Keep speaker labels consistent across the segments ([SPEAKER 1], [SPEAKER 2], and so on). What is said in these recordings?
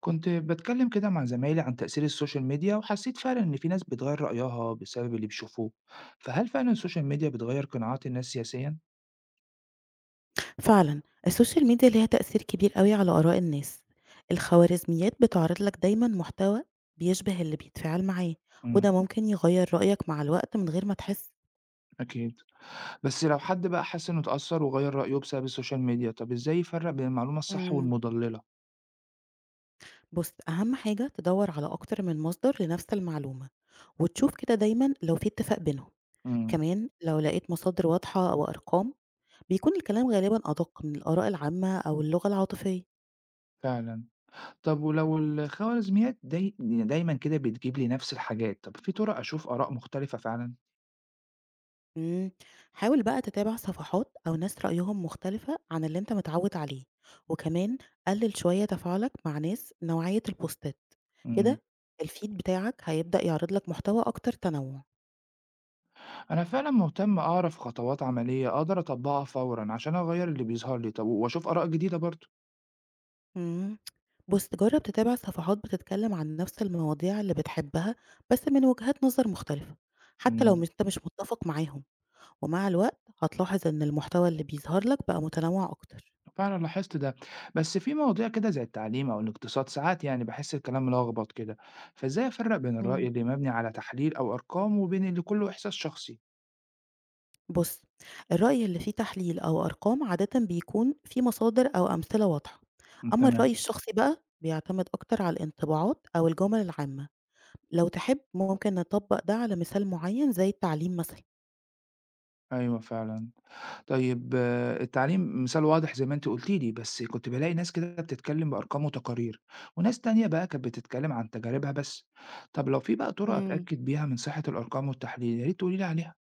[SPEAKER 1] كنت بتكلم كده مع زمايلي عن تأثير السوشيال ميديا وحسيت فعلا إن في ناس بتغير رأيها بسبب اللي بيشوفوه. فهل فعلا السوشيال ميديا بتغير قناعات الناس سياسيا؟
[SPEAKER 2] فعلًا، السوشيال ميديا ليها تأثير كبير أوي على آراء الناس، الخوارزميات بتعرض لك دايمًا محتوى بيشبه اللي بيتفاعل معاه،
[SPEAKER 1] امم.
[SPEAKER 2] وده ممكن يغيّر رأيك مع الوقت من غير ما تحس.
[SPEAKER 1] أكيد. بس لو حد بقى حس إنه اتأثر وغير رأيه بسبب السوشيال ميديا، طب إزاي يفرق بين المعلومة الصح
[SPEAKER 2] إمم.
[SPEAKER 1] والمضللة؟
[SPEAKER 2] بُص، أهم حاجة تدوّر على أكتر من مصدر لنفس المعلومة، وتشوف كده دايمًا لو في اتفاق بينهم،
[SPEAKER 1] امم.
[SPEAKER 2] كمان لو لقيت مصادر واضحة أو أرقام، بيكون الكلام غالبًا أدق من الآراء العامة أو اللغة العاطفية.
[SPEAKER 1] فعلا. طب ولو الخوارزميات دايما كده بتجيب لي نفس الحاجات، طب في طرق أشوف آراء مختلفة فعلا؟
[SPEAKER 2] إمم، حاول بقى تتابع صفحات أو ناس رأيهم مختلفة عن اللي أنت متعوّد عليه، وكمان قلِّل شوية تفاعلك مع ناس نوعية البوستات،
[SPEAKER 1] امم.
[SPEAKER 2] كده الفيد بتاعك هيبدأ يعرض لك محتوى أكتر تنوُّع.
[SPEAKER 1] أنا فعلا مهتم أعرف خطوات عملية أقدر أطبقها فورا عشان أغير اللي بيظهر لي، طب وأشوف آراء جديدة برضه.
[SPEAKER 2] إمم، بُص جرّب تتابع صفحات بتتكلّم عن نفس المواضيع اللي بتحبها بس من وجهات نظر مختلفة، حتى لو
[SPEAKER 1] امم.
[SPEAKER 2] مش أنت مش متّفق معاهم، ومع الوقت هتلاحظ إن المحتوى اللي بيظهر لك بقى متنوع أكتر.
[SPEAKER 1] فعلا لاحظت ده. بس في مواضيع كده زي التعليم أو الاقتصاد ساعات يعني بحس الكلام ملخبط كده، فإزاي أفرق بين الرأي
[SPEAKER 2] إمم.
[SPEAKER 1] اللي مبني على تحليل أو أرقام وبين اللي كله إحساس شخصي؟
[SPEAKER 2] بُص، الرأي اللي فيه تحليل أو أرقام عادةً بيكون فيه مصادر أو أمثلة واضحة،
[SPEAKER 1] مم،
[SPEAKER 2] أمّا
[SPEAKER 1] تمام.
[SPEAKER 2] الرأي الشخصي بقى بيعتمد أكتر على الانطباعات أو الجُمل العامة، لو تحب ممكن نطبّق ده على مثال معيّن زي التعليم مثلًا.
[SPEAKER 1] أيوه فعلا. طيب التعليم مثال واضح زي ما أنتِ قُلتِ لي، بس كنت بالاقي ناس كده بتتكلم بأرقام وتقارير، وناس تانية بقى كانت بتتكلم عن تجاربها بس. طب لو في بقى طرق
[SPEAKER 2] إمم.
[SPEAKER 1] أتأكد بيها من صحة الأرقام والتحليل، يا ريت تقولي لي عليها.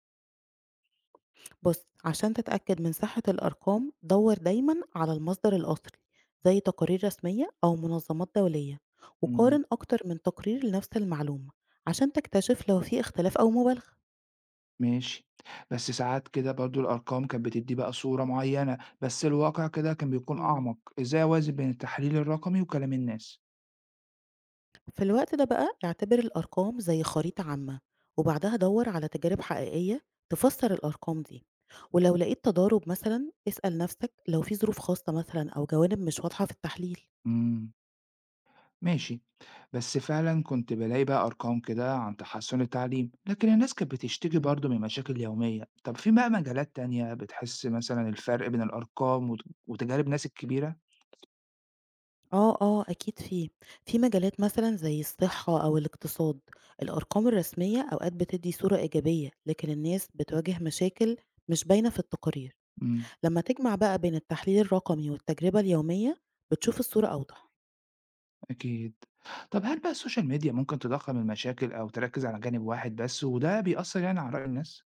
[SPEAKER 2] بُص، عشان تتأكد من صحة الأرقام دَوّر دايمًا على المصدر الأصلي زي تقارير رسمية أو منظمات دولية،
[SPEAKER 1] إمم.
[SPEAKER 2] وقارن أكتر من تقرير لنفس المعلومة عشان تكتشف لو فيه اختلاف أو مبالغة.
[SPEAKER 1] ماشي، بس ساعات كده برضه الأرقام كانت بتدّي بقى صورة معينة، بس الواقع كده كان بيكون
[SPEAKER 2] إمم.
[SPEAKER 1] أعمق، إزاي أوازن بين التحليل الرقمي وكلام الناس؟
[SPEAKER 2] في الوقت ده بقى اعتبر الأرقام زي خريطة عامة وبعدها دور على تجارب حقيقية تفسر الأرقام دي، ولو لقيت تضارب مثلا اسأل نفسك لو في ظروف خاصة مثلا أو جوانب مش واضحة في التحليل.
[SPEAKER 1] إمم. ماشي. بس فعلا كنت بلاقي بقى أرقام كده عن تحسن التعليم، لكن الناس كانت بتشتكي
[SPEAKER 2] مم.
[SPEAKER 1] برضه من مشاكل يومية. طب في بقى مجالات تانية بتحس مثلا الفرق بين الأرقام وتجارب ناس الكبيرة؟
[SPEAKER 2] اه اه أكيد في، في مجالات مثلا زي الصحة أو الاقتصاد الأرقام الرسمية أوقات بتدي صورة إيجابية لكن الناس بتواجه مشاكل مش باينة في التقارير.
[SPEAKER 1] امم.
[SPEAKER 2] لما تجمع بقى بين التحليل الرقمي والتجربة اليومية بتشوف الصورة أوضح.
[SPEAKER 1] أكيد. طب هل بقى السوشيال ميديا ممكن تضخم المشاكل أو تركز على جانب واحد بس، وده بيأثر يعني على رأي الناس؟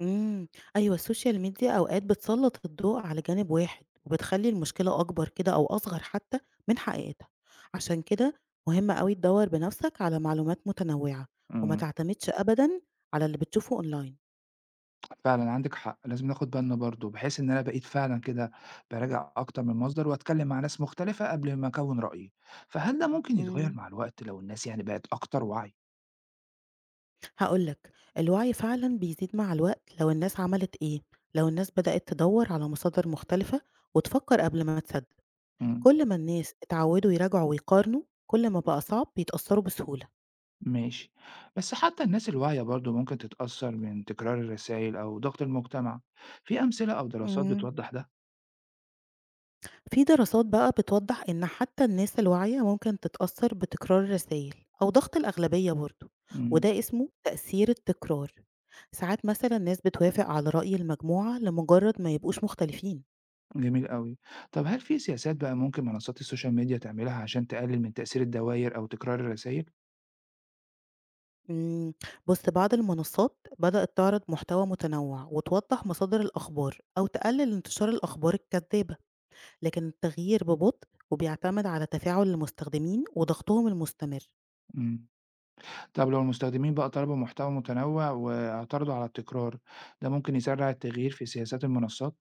[SPEAKER 2] إمم، أيوه السوشيال ميديا أوقات بتسلّط الضوء على جانب واحد، وبتخلّي المشكلة أكبر كده أو أصغر حتى من حقيقتها، عشان كده مهم أوي تدوّر بنفسك على معلومات متنوعة، وما
[SPEAKER 1] امم.
[SPEAKER 2] تعتمدش أبدًا على اللي بتشوفه أونلاين.
[SPEAKER 1] فعلًا عندِك حق، لازم ناخد بالنا برضه، بحيث إن أنا بقيت فعلًا كده باراجع أكتر من مصدر وأتكلم مع ناس مختلفة قبل ما أكوّن رأيي، فهل ده ممكن يتغيّر
[SPEAKER 2] إمم.
[SPEAKER 1] مع الوقت لو الناس يعني بقت أكتر وعي؟
[SPEAKER 2] هاقول لك، الوعي فعلًا بيزيد مع الوقت لو الناس عملت إيه، لو الناس بدأت تدوّر على مصادر مختلفة وتفكّر قبل ما تصدّق،
[SPEAKER 1] إمم.
[SPEAKER 2] كل ما الناس اتعودوا يراجعوا ويقارنوا، كل ما بقى صعب يتأثّروا بسهولة.
[SPEAKER 1] ماشي، بس حتى الناس الواعية برضه ممكن تتأثّر من تكرار الرسايل أو ضغط المجتمع، في أمثلة أو دراسات
[SPEAKER 2] إمم.
[SPEAKER 1] بتوضّح ده؟
[SPEAKER 2] في دراسات بقى بتوضح إن حتى الناس الواعية ممكن تتأثر بتكرار الرسايل أو ضغط الأغلبية برضه،
[SPEAKER 1] إمم.
[SPEAKER 2] وده اسمه تأثير التكرار. ساعات مثلا الناس بتوافق على رأي المجموعة لمجرد ما يبقوش مختلفين.
[SPEAKER 1] جميل أوي. طب هل في سياسات بقى ممكن منصات السوشيال ميديا تعملها عشان تقلل من تأثير الدواير أو تكرار الرسايل؟
[SPEAKER 2] مم، بص بعض المنصات بدأت تعرض محتوى متنوع وتوضح مصادر الأخبار أو تقلل انتشار الأخبار الكذابة، لكن التغيير ببطء وبيعتمد على تفاعل المستخدمين وضغطهم المستمر.
[SPEAKER 1] إمم. طب لو المستخدمين بقى طلبوا محتوى متنوع واعترضوا على التكرار، ده ممكن يسرع التغيير في سياسات المنصات؟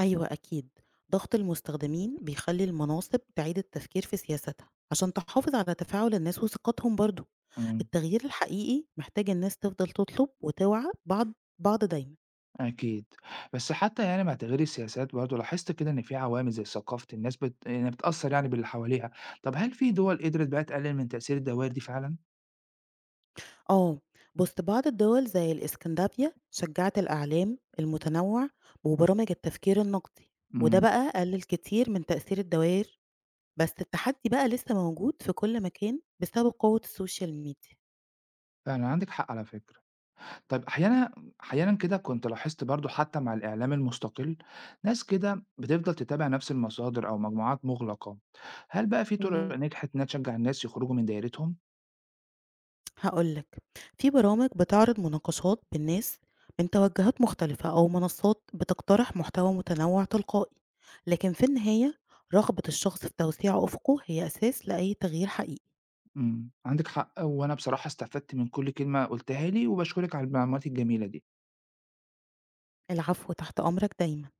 [SPEAKER 2] أيوه أكيد، ضغط المستخدمين بيخلّي المناصب تعيد التفكير في سياستها، عشان تحافظ على تفاعل الناس وثقتهم برضه،
[SPEAKER 1] امم.
[SPEAKER 2] التغيير الحقيقي محتاج الناس تفضل تطلب وتوعى بعض دايمًا،
[SPEAKER 1] أكيد، بس حتى يعني مع تغيير السياسات برضه لاحظت كده إن في عوامل زي ثقافة الناس يعني بتأثر يعني باللي حواليها، طب هل في دول قدرت بقى تقلل من تأثير الدوائر دي فعلا؟
[SPEAKER 2] آه بُص بعض الدول زي الإسكندنافيا شجّعت الإعلام المتنوع وبرامج التفكير النقدي، وده
[SPEAKER 1] امم.
[SPEAKER 2] بقى قلل كتير من تأثير الدوائر، بس التحدي بقى لسه موجود في كل مكان بسبب قوة السوشيال ميديا.
[SPEAKER 1] فعلا عندك حق على فكرة. طيب أحيانًا كده كنت لاحظت برضه حتى مع الإعلام المستقل، ناس كده بتفضل تتابع نفس المصادر أو مجموعات مغلقة، هل بقى في طرق نجحت إنها تشجع الناس يخرجوا من دايرتهم؟
[SPEAKER 2] هاقول لك، في برامج بتعرض مناقشات بين ناس من توجهات مختلفة أو منصات بتقترح محتوى متنوع تلقائي، لكن في النهاية رغبة الشخص في توسيع أفقه هي أساس لأي تغيير حقيقي.
[SPEAKER 1] إمم، عندِك حق، وأنا بصراحة استفدت من كل كلمة قُلتها لي، وباشكرِك على المعلومات الجميلة دي.
[SPEAKER 2] العفو، تحت أمرك دايمًا.